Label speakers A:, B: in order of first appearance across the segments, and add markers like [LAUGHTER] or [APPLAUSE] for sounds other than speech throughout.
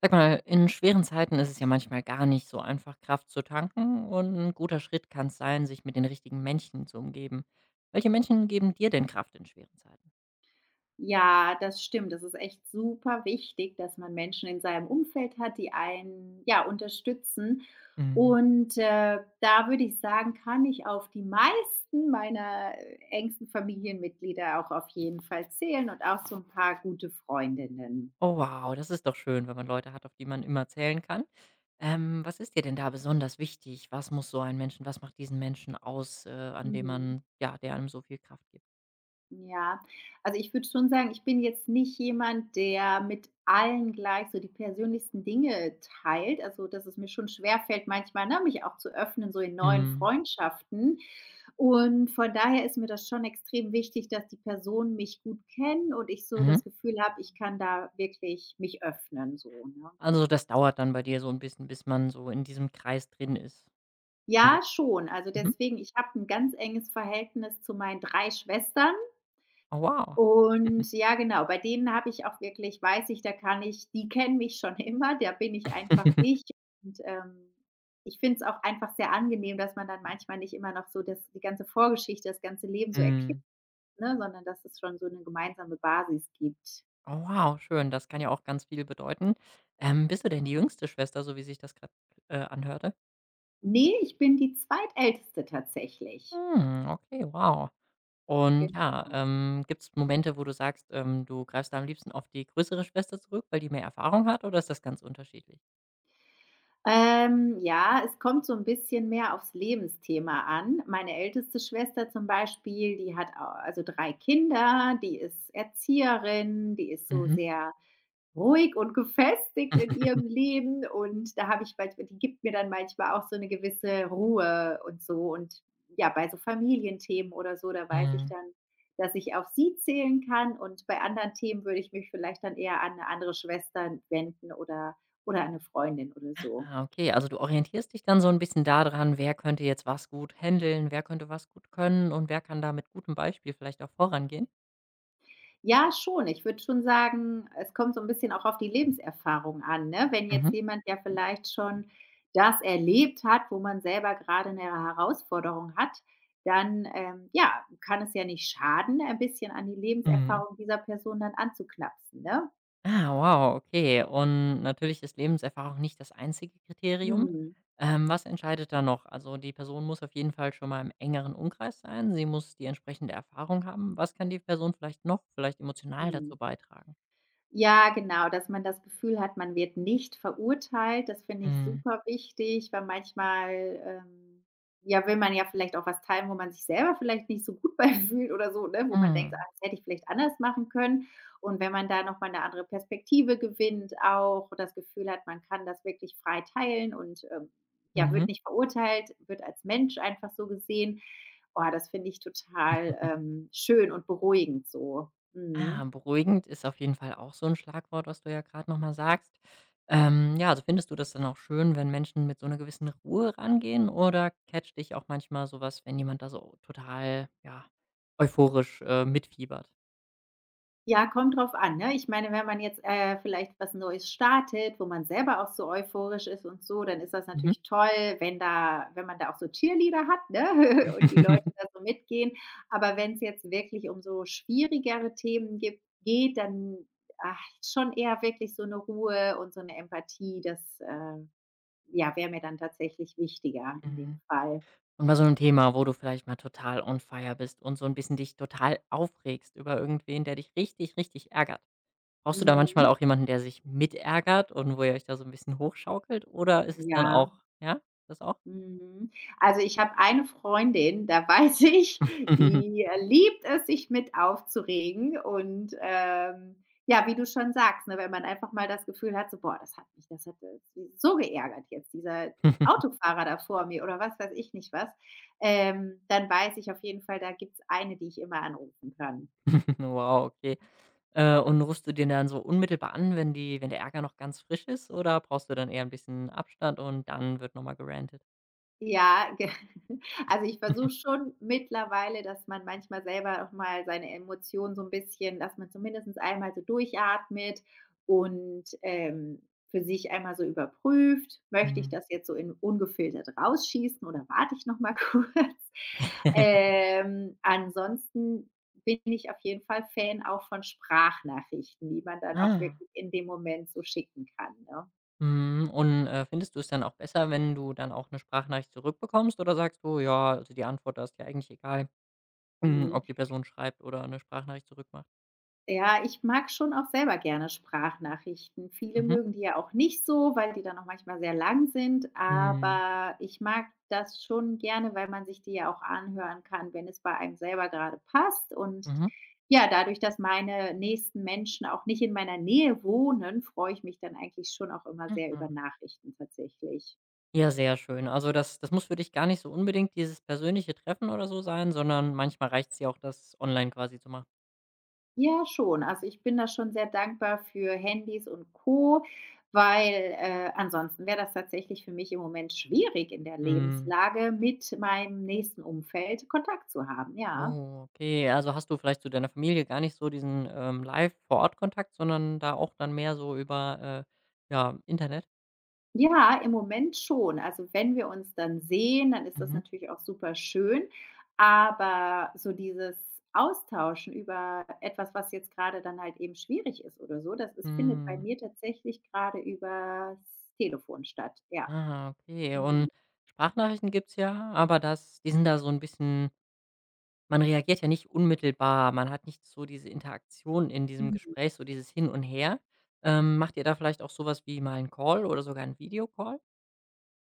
A: Sag mal, in schweren Zeiten ist es ja manchmal gar nicht so einfach, Kraft zu tanken und ein guter Schritt kann es sein, sich mit den richtigen Menschen zu umgeben. Welche Menschen geben dir denn Kraft in schweren Zeiten?
B: Ja, das stimmt. Das ist echt super wichtig, dass man Menschen in seinem Umfeld hat, die einen, ja, unterstützen.
A: Mhm.
B: Da würde ich sagen, kann ich auf die meisten meiner engsten Familienmitglieder auch auf jeden Fall zählen und auch so ein paar gute Freundinnen.
A: Oh wow, das ist doch schön, wenn man Leute hat, auf die man immer zählen kann. Was ist dir denn da besonders wichtig? Was muss so ein Menschen Was macht diesen Menschen aus, an dem
B: Mhm.
A: man, ja, der einem so viel Kraft gibt?
B: Ja, also, ich würde schon sagen, ich bin jetzt nicht jemand, der mit allen gleich so die persönlichsten Dinge teilt. Also, dass es mir schon schwerfällt manchmal, ne, mich auch zu öffnen, so in neuen
A: Mhm.
B: Freundschaften. Und von daher ist mir das schon extrem wichtig, dass die Personen mich gut kennen und ich so
A: Mhm.
B: das Gefühl habe, ich kann da wirklich mich öffnen so, ne?
A: Also, das dauert dann bei dir so ein bisschen, bis man so in diesem Kreis drin ist. Mhm.
B: Ja, schon. Also,
A: Mhm.
B: deswegen ich habe ein ganz enges Verhältnis zu meinen 3 Schwestern
A: Oh wow.
B: und ja, genau, bei denen habe ich auch wirklich weiß ich, da kann ich die kennen mich schon [LAUGHS] immer, da bin ich einfach
A: [LAUGHS]
B: ich und, ähm, ich finde es auch einfach sehr angenehm, dass man dann manchmal nicht immer noch so das die ganze Vorgeschichte, das ganze Leben so erklärt,
A: Mhm.
B: ne, sondern dass es schon so eine gemeinsame Basis gibt.
A: Oh wow, schön. Das kann ja auch ganz viel bedeuten. Bist du denn die jüngste Schwester, so wie sich das gerade anhörte?
B: Ne, ich bin die Zweitälteste tatsächlich.
A: Hm, okay, wow. Und,
B: Genau.
A: ja, gibt es Momente, wo du sagst, du greifst da am liebsten auf die größere Schwester zurück, weil die mehr Erfahrung hat, oder ist das ganz unterschiedlich?
B: Ja, es kommt so 'n bisschen mehr aufs Lebensthema an. Meine älteste Schwester zum Beispiel, die hat a also 3 Kinder, die ist Erzieherin, die ist so
A: Mhm.
B: sehr ruhig und gefestigt in ihrem
A: [LAUGHS]
B: Leben und da habe ich manchmal die gibt mir dann manchmal auch so eine gewisse Ruhe und so und ja, bei so Familienthemen oder so, da weiß ich
A: Mhm.
B: dann, dass ich auf sie zählen kann und bei anderen Themen würde ich mich vielleicht dann eher an eine andere Schwester wenden oder an 'ne Freundin oder so.
A: Ah, okay, also du orientierst dich dann so ein bisschen da dran, wer könnte jetzt was gut händeln, wer könnte was gut können und wer kann da mit gutem Beispiel vielleicht auch vorangehen?
B: Ja, schon. Ich würde schon sagen, es kommt so ein bisschen auch auf die Lebenserfahrung an, ne? Wenn jetzt
A: Mhm.
B: jemand, ja vielleicht schon das erlebt hat, wo man selber gerade eine Herausforderung hat, dann ja, kann es ja nicht schaden, ein bisschen an die
A: Mhm.
B: Lebenserfahrung dieser Person dann anzuknapsen, ne?
A: Ah, wow, okay. Und natürlich ist Lebenserfahrung nicht das einzige Kriterium.
B: Mhm,
A: Was entscheidet da noch? Also die Person muss auf jeden Fall schon mal im engeren Umkreis sein. Sie muss die entsprechende Erfahrung haben. Was kann die Person vielleicht noch, vielleicht emotional
B: mhm.
A: dazu beitragen?
B: Ja, genau, dass man das Gefühl hat, man wird nicht verurteilt. Das finde ich
A: Mhm.
B: super wichtig, weil manchmal ja, will man ja vielleicht auch was teilen, wo man sich selber vielleicht nicht so gut [LAUGHS] bei fühlt oder so, ne, wo man denkt: „Ah,
A: Mhm.
B: das hätte ich vielleicht anders machen können.“ Und wenn man da noch mal 'ne andere Perspektive gewinnt auch, das Gefühl hat, man kann das wirklich frei teilen und ja,
A: Mhm.
B: wird nicht verurteilt, wird als Mensch einfach so gesehen. Oh, das finde ich total, schön und beruhigend so.
A: Ah,
B: Mhm.
A: beruhigend ist auf jeden Fall auch so ein Schlagwort, was du ja gerade noch mal sagst. Ja, also findest du das dann auch schön, wenn Menschen mit so einer gewissen Ruhe rangehen oder catcht dich auch manchmal sowas, wenn jemand da so total, ja, euphorisch, mitfiebert?
B: Ja, kommt drauf an, ne? Ich meine, wenn man jetzt vielleicht was Neues startet, wo man selber auch so euphorisch ist und so, dann ist das
A: Mhm.
B: natürlich toll, wenn man da auch so Cheerleader hat, ne, [LAUGHS] und die Leute da
A: [LAUGHS]
B: so mitgehen. Aber wenn es jetzt wirklich um so schwierigere Themen gibt geht, dann, ach, schon eher wirklich so eine Ruhe und so eine Empathie, ja, wäre mir dann tatsächlich wichtiger in dem
A: Mhm.
B: Fall.
A: Und bei so 'nem Thema, wo du vielleicht mal total on fire bist und so ein bisschen dich total aufregst über irgendwen, der dich richtig, richtig ärgert. Brauchst du da manchmal
B: Mhm.
A: auch jemanden, der sich mitärgert und wo ihr euch da so ein bisschen hochschaukelt oder ist es dann
B: Ja.
A: auch, ja, das auch?
B: Mhm. Also, ich habe eine Freundin, da [LAUGHS] weiß ich,
A: Mhm.
B: die liebt es, sich mit aufzuregen und ja, wie du schon sagst, ne, wenn man einfach mal das Gefühl hat, so: „Boah, das hat mich so geärgert jetzt, dieser
A: [LAUGHS]
B: Autofahrer da vor mir“ oder was weiß ich nicht was, dann weiß ich auf jeden Fall, da gibt's eine, die ich immer anrufen kann.
A: Wow, okay. Und rufst du den dann so unmittelbar an, wenn der Ärger noch ganz frisch ist oder brauchst du dann eher ein bisschen Abstand und dann wird noch mal gerantet?
B: Ja, ge [LAUGHS] also, ich versuche
A: [LAUGHS]
B: schon mittlerweile, dass man manchmal selber auch mal seine Emotionen so 'n bisschen dass man zumindest einmal so durchatmet und für sich einmal so überprüft: „Möchte ich
A: Mhm.
B: das jetzt so in ungefiltert rausschießen oder warte ich noch mal [LAUGHS] kurz?“
A: [LAUGHS]
B: Ansonsten bin ich auf jeden Fall Fan auch von Sprachnachrichten, die man dann auch
A: Ah.
B: wirklich in dem Moment so schicken kann, ne?
A: Mhm, und, findest du es dann auch besser, wenn du dann auch eine Sprachnachricht zurückbekommst oder sagst du: „Ja, also, die Antwort, da ist ja eigentlich egal, [CLEARS THROAT]
B: Mhm.
A: ob die Person schreibt oder eine Sprachnachricht zurückmacht?“
B: Ja, ich mag schon auch selber gerne Sprachnachrichten. Viele
A: Mhm.
B: mögen die ja auch nicht so, weil die dann auch manchmal sehr lang sind,
A: Mhm.
B: aber ich mag das schon gerne, weil man sich die ja auch anhören kann, wenn es bei einem selber gerade passt. Und
A: Mhm.
B: ja, dadurch, dass meine nächsten Menschen auch nicht in meiner Nähe wohnen, freue ich mich dann eigentlich schon auch immer sehr über
A: Mhm.
B: Nachrichten tatsächlich.
A: Ja, sehr schön. Also, das muss für dich gar nicht so unbedingt dieses persönliche Treffen oder so sein, sondern manchmal reicht es dir auch, das online quasi zu machen.
B: Ja, schon. Also, ich bin da schon sehr dankbar für Handys und Co., weil ansonsten wäre das tatsächlich für mich im Moment schwierig in der
A: Mhm.
B: Lebenslage, mit meinem nächsten Umfeld Kontakt zu haben, ja.
A: Oh, okay. Also, hast du vielleicht zu deiner Familie gar nicht so diesen, live vor Ort Kontakt, sondern da auch dann mehr so über, ja, Internet?
B: Ja, im Moment schon. Also, wenn wir uns dann sehen, dann ist das
A: Mhm.
B: natürlich auch super schön. Aber so dieses Austauschen über etwas, was jetzt gerade dann halt eben schwierig ist oder so, das ist findet bei
A: Mhm.
B: mir tatsächlich grade übers Telefon statt, ja.
A: Ah, okay.
B: Mhm.
A: Und Sprachnachrichten gibt's ja, aber das die sind da so ein bisschen. Man reagiert ja nicht unmittelbar. Man hat nicht so diese Interaktion in diesem
B: Mhm.
A: Gespräch, so dieses Hin und Her. Macht ihr da vielleicht auch sowas wie mal 'n Call oder sogar 'n Videocall?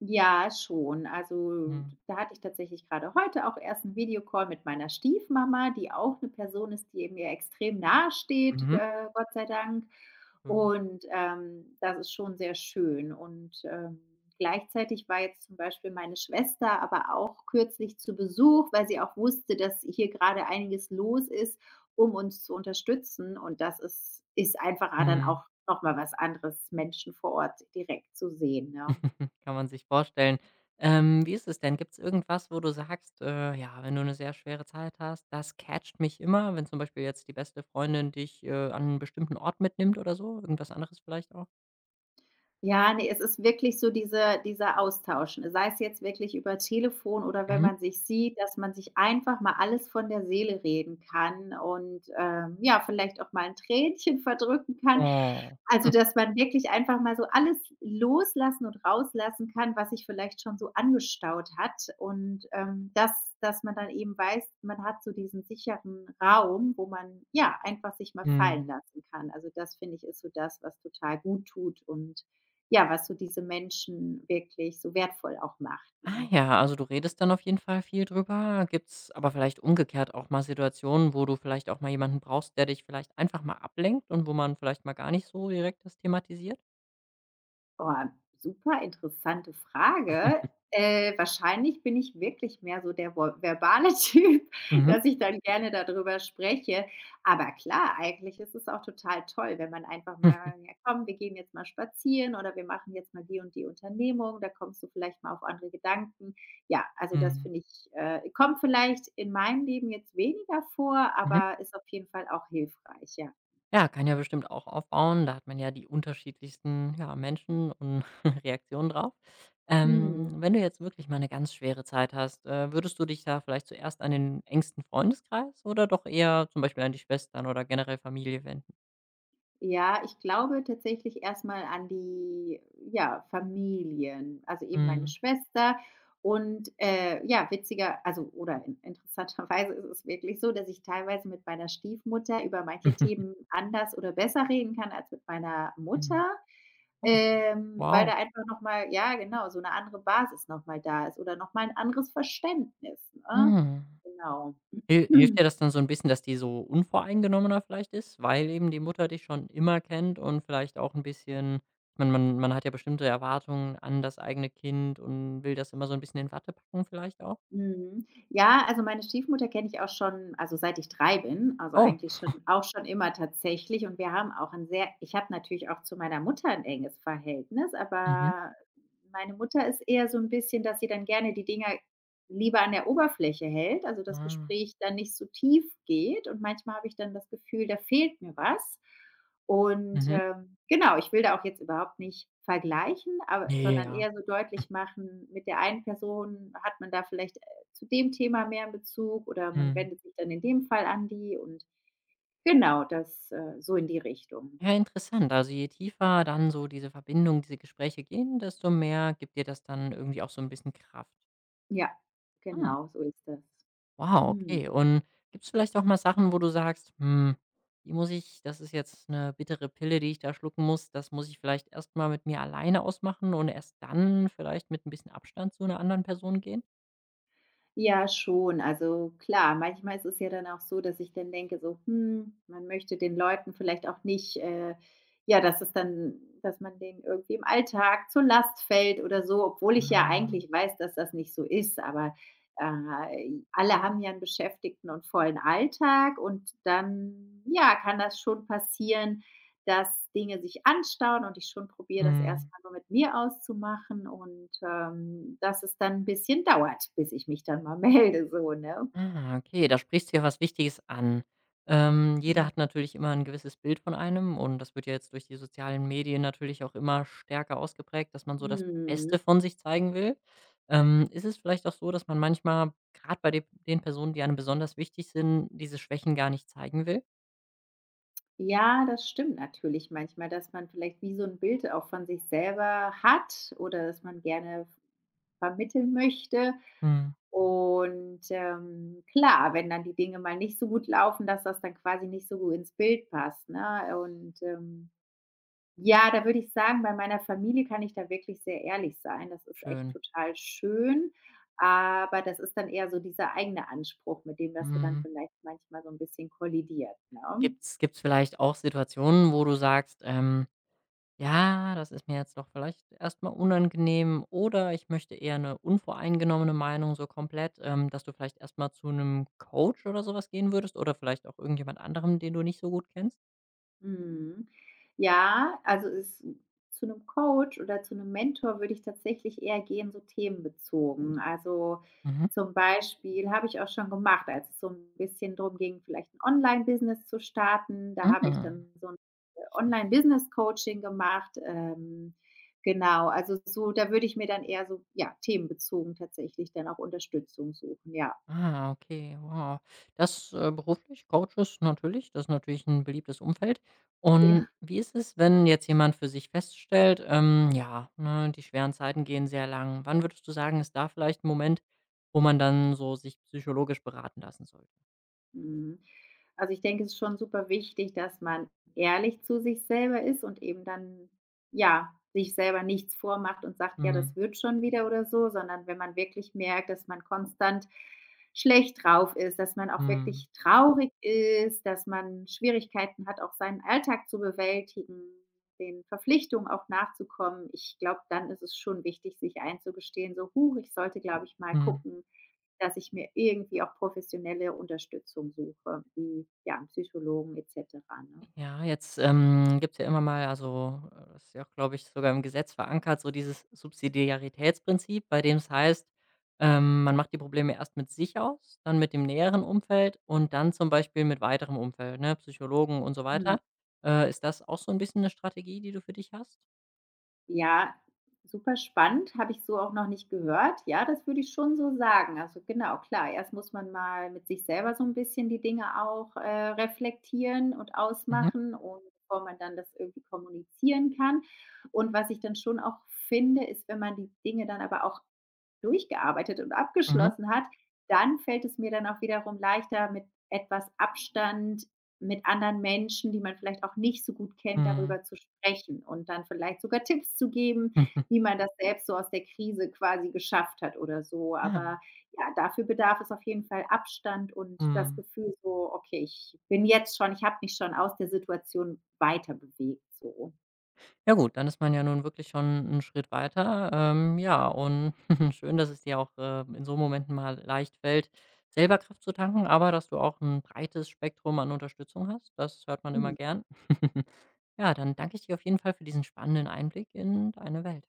B: Ja, schon. Also,
A: Mhm.
B: da hatte ich tatsächlich gerade heute auch erst einen Videocall mit meiner Stiefmama, die auch eine Person ist, die mir extrem nahesteht,
A: Mhm.
B: Gott sei Dank.
A: Schön.
B: Und das ist schon sehr schön. Gleichzeitig war jetzt zum Beispiel meine Schwester aber auch kürzlich zu Besuch, weil sie auch wusste, dass hier gerade einiges los ist, um uns zu unterstützen. Und das ist ist einfach ah, dann
A: Mhm.
B: auch noch mal was anderes, Menschen vor Ort direkt zu sehen, ne?
A: [LAUGHS] Kann man sich vorstellen. Wie ist es denn? Gibt's irgendwas, wo du sagst, ja, wenn du 'ne sehr schwere Zeit hast, das catcht mich immer, wenn zum Beispiel jetzt die beste Freundin dich, an 'n bestimmten Ort mitnimmt oder so? Irgendwas anderes vielleicht auch?
B: Ja, ne, es ist wirklich so dieser Austausch, ne, sei es jetzt wirklich über Telefon oder wenn
A: Mhm.
B: man sich sieht, dass man sich einfach mal alles von der Seele reden kann und ja, vielleicht auch mal ein Tränchen verdrücken kann.
A: Oh.
B: Also,
A: [LAUGHS]
B: dass man wirklich einfach mal so alles loslassen und rauslassen kann, was sich vielleicht schon so angestaut hat und dass man dann eben weiß, man hat so diesen sicheren Raum, wo man, ja, einfach sich mal fallen
A: Mhm.
B: lassen kann. Also, das finde ich, ist so das, was total gut tut und ja, was so diese Menschen wirklich so wertvoll auch macht,
A: Ah
B: ne?
A: ja, also du redest dann auf jeden Fall viel drüber. Gibt es aber vielleicht umgekehrt auch mal Situationen, wo du vielleicht auch mal jemanden brauchst, der dich vielleicht einfach mal ablenkt und wo man vielleicht mal gar nicht so direkt das thematisiert?
B: Boah, super interessante Frage. Wahrscheinlich bin ich wirklich mehr so der vo verbale [LAUGHS] Typ,
A: Mhm.
B: dass ich dann gerne darüber spreche. Aber klar, eigentlich ist es auch total toll, wenn man einfach mal:
A: [LAUGHS]
B: „Ja komm, wir gehen jetzt mal spazieren oder wir machen jetzt mal die und die Unternehmung, da kommst du vielleicht mal auf andere Gedanken.“ Ja, also das
A: Mhm.
B: finde ich, kommt vielleicht in meinem Leben jetzt weniger vor,
A: Mhm.
B: aber ist auf jeden Fall auch hilfreich, ja.
A: Ja, kann ja bestimmt auch aufbauen. Da hat man ja die unterschiedlichsten, ja, Menschen und [LAUGHS] Reaktionen drauf.
B: Mhm.
A: Wenn du jetzt wirklich mal eine ganz schwere Zeit hast, würdest du dich da vielleicht zuerst an den engsten Freundeskreis oder doch eher zum Beispiel an die Schwestern oder generell Familie wenden?
B: Ja, ich glaube tatsächlich erstmal an die, ja, Familien, also eben meine
A: Mhm.
B: Schwester und ja, witziger also, oder in interessanterweise ist es wirklich so, dass ich teilweise mit meiner Stiefmutter über manche
A: [LAUGHS]
B: Themen anders oder besser reden kann als mit meiner
A: Mhm.
B: Mutter,
A: Oh,
B: weil
A: wow.
B: da einfach noch mal ja, genau, so eine andere Basis noch mal da ist oder noch mal 'n anderes Verständnis, ne?
A: Mhm.
B: Genau.
A: Hilft
B: [CLEARS THROAT]
A: dir das dann so ein bisschen, dass die so unvoreingenommener vielleicht ist, weil eben die Mutter dich schon immer kennt und vielleicht auch ein bisschen, man hat ja bestimmte Erwartungen an das eigene Kind und will das immer so ein bisschen in Watte packen vielleicht auch?
B: Mhm. Ja, also meine Stiefmutter kenne ich auch schon, also seit ich 3 bin, also
A: Oh,
B: eigentlich schon auch schon immer tatsächlich und wir haben auch ein sehr ich habe natürlich auch zu meiner Mutter ein enges Verhältnis,
A: mhm.
B: aber meine Mutter ist eher so ein bisschen, dass sie dann gerne die Dinger lieber an der Oberfläche hält, also das
A: Ah,
B: Gespräch dann nicht so tief geht und manchmal habe ich dann das Gefühl, da fehlt mir was.
A: mhm.
B: Genau, ich will da auch jetzt überhaupt nicht vergleichen,
A: Ne,
B: sondern
A: ja.
B: eher so deutlich machen, mit der einen Person hat man da vielleicht zu dem Thema mehr in Bezug oder man
A: Mhm.
B: wendet sich dann in dem Fall an die und genau, so in die Richtung.
A: Ja, interessant. Also, je tiefer dann so diese Verbindung, diese Gespräche gehen, desto mehr gibt dir das dann irgendwie auch so ein bisschen Kraft.
B: Ja,
A: Hm.
B: genau, so ist das.
A: Wow,
B: Mhm.
A: okay. Und gibt's vielleicht auch mal Sachen, wo du sagst: „Hm, die muss ich das ist jetzt eine bittere Pille, die ich da schlucken muss. Das muss ich vielleicht erst mal mit mir alleine ausmachen und erst dann vielleicht mit ein bisschen Abstand zu einer anderen Person gehen?“
B: Ja, schon. Also klar, manchmal ist es ja dann auch so, dass ich dann denke, so, hm, man möchte den Leuten vielleicht auch nicht, ja, dass man denen irgendwie im Alltag zur Last fällt oder so, obwohl ich ja
A: Ah.
B: eigentlich weiß, dass das nicht so ist. Aber alle haben ja einen beschäftigten und vollen Alltag und dann, ja, kann das schon passieren, dass Dinge sich anstauen und ich schon probiere, das
A: Mhm.
B: erstmal mal nur mit mir auszumachen und dass es dann ein bisschen dauert, bis ich mich dann mal [LAUGHS] melde so, ne?
A: Ah, okay, da sprichst du ja was Wichtiges an. Jeder
B: Mhm.
A: hat natürlich immer ein gewisses Bild von einem und das wird ja jetzt durch die sozialen Medien natürlich auch immer stärker ausgeprägt, dass man so das
B: Mhm.
A: Beste von sich zeigen will. Ist es vielleicht auch so, dass man manchmal, gerade bei de den Personen, die einem besonders wichtig sind, diese Schwächen gar nicht zeigen will?
B: Ja, das stimmt natürlich manchmal, dass man vielleicht wie so ein Bild auch von sich selber hat oder dass man gerne vermitteln möchte.
A: Mhm,
B: Klar, wenn dann die Dinge mal nicht so gut laufen, dass das dann quasi nicht so gut ins Bild passt, ne? Ja, da würde ich sagen, bei meiner Familie kann ich da wirklich sehr ehrlich sein. Das ist echt
A: schön.
B: total schön, aber das ist dann eher so dieser eigene Anspruch, mit dem das so dann
A: Mhm.
B: vielleicht manchmal so ein bisschen kollidiert, ne?
A: Gibt's vielleicht auch Situationen, wo du sagst, ähm. Ja, das ist mir jetzt doch vielleicht erstmal unangenehm oder ich möchte eher eine unvoreingenommene Meinung so komplett, dass du vielleicht erstmal zu einem Coach oder sowas gehen würdest oder vielleicht auch irgendjemand anderem, den du nicht so gut kennst?
B: Mhm. Ja, also es hm, zu einem Coach oder zu einem Mentor würde ich tatsächlich eher gehen, so themenbezogen. Also,
A: Mhm.
B: zum Beispiel habe ich auch schon gemacht, als es so ein bisschen darum ging, vielleicht ein Online-Business zu starten. Da habe ich
A: Mhm.
B: dann so ein Online-Business-Coaching gemacht. Genau, also so da würde ich mir dann eher so, ja, themenbezogen tatsächlich dann auch Unterstützung suchen, ja.
A: Ah, okay, wow. Das, beruflich, Coaches natürlich, das ist natürlich ein beliebtes Umfeld. Und
B: Ja.
A: wie ist es, wenn jetzt jemand für sich feststellt, ja, ne, die schweren Zeiten gehen sehr lang. Wann würdest du sagen, ist da vielleicht ein Moment, wo man dann so sich psychologisch beraten lassen sollte?
B: Mhm. Also, ich denke, es ist schon super wichtig, dass man ehrlich zu sich selber ist und eben dann, ja, sich selber nichts vormacht und sagt: „Ja, das
A: Mhm.
B: wird schon wieder“ oder so, sondern wenn man wirklich merkt, dass man konstant schlecht drauf ist, dass man auch
A: Mhm.
B: wirklich traurig ist, dass man Schwierigkeiten hat, auch seinen Alltag zu bewältigen, den Verpflichtungen auch nachzukommen. Ich glaube, dann ist es schon wichtig, sich einzugestehen, so: „Huch, ich sollte, glaube ich, mal
A: Mhm.
B: gucken, dass ich mir irgendwie auch professionelle Unterstützung suche, wie, ja, 'n Psychologen et cetera, ne?
A: Ja, jetzt, gibt's ja immer mal, also, das ist ja auch, glaube ich, sogar im Gesetz verankert, so dieses Subsidiaritätsprinzip, bei dem es heißt, man macht die Probleme erst mit sich aus, dann mit dem näheren Umfeld und dann zum Beispiel mit weiterem Umfeld, ne, Psychologen und so
B: Mhm.
A: weiter. Ist das auch so ein bisschen eine Strategie, die du für dich hast?
B: Ja, super spannend, habe ich so auch noch nicht gehört. Ja, das würde ich schon so sagen. Also genau, klar, erst muss man mal mit sich selber so ein bisschen die Dinge auch reflektieren und
A: Mhm,
B: ausmachen und bevor man dann das irgendwie kommunizieren kann. Und was ich dann schon auch finde, ist, wenn man die Dinge dann aber auch durchgearbeitet und
A: mhm,
B: abgeschlossen hat, dann fällt es mir dann auch wiederum leichter, mit etwas Abstand mit anderen Menschen, die man vielleicht auch nicht so gut kennt,
A: mhm.
B: darüber zu sprechen und dann vielleicht sogar Tipps zu geben, wie
A: [LAUGHS]
B: man das selbst so aus der Krise quasi geschafft hat oder so.
A: Ja,
B: Aber ja, dafür bedarf es auf jeden Fall Abstand und das
A: mhm.
B: Gefühl so: „Okay, ich bin jetzt schon ich habe mich schon aus der Situation weiterbewegt“, so.
A: Ja gut, dann ist man ja nun wirklich schon 'n Schritt weiter. Ja, und [LAUGHS] schön, dass es dir auch, in so Momenten mal leicht fällt, selber Kraft zu tanken, aber dass du auch ein breites Spektrum an Unterstützung hast. Das hört man immer
B: Mhm.
A: gern. [LAUGHS] Ja, dann danke ich dir auf jeden Fall für diesen spannenden Einblick in deine Welt.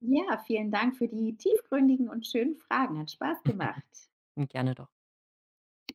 B: Ja, vielen Dank für die tiefgründigen und schönen Fragen. Hat Spaß gemacht.
A: Und gerne doch.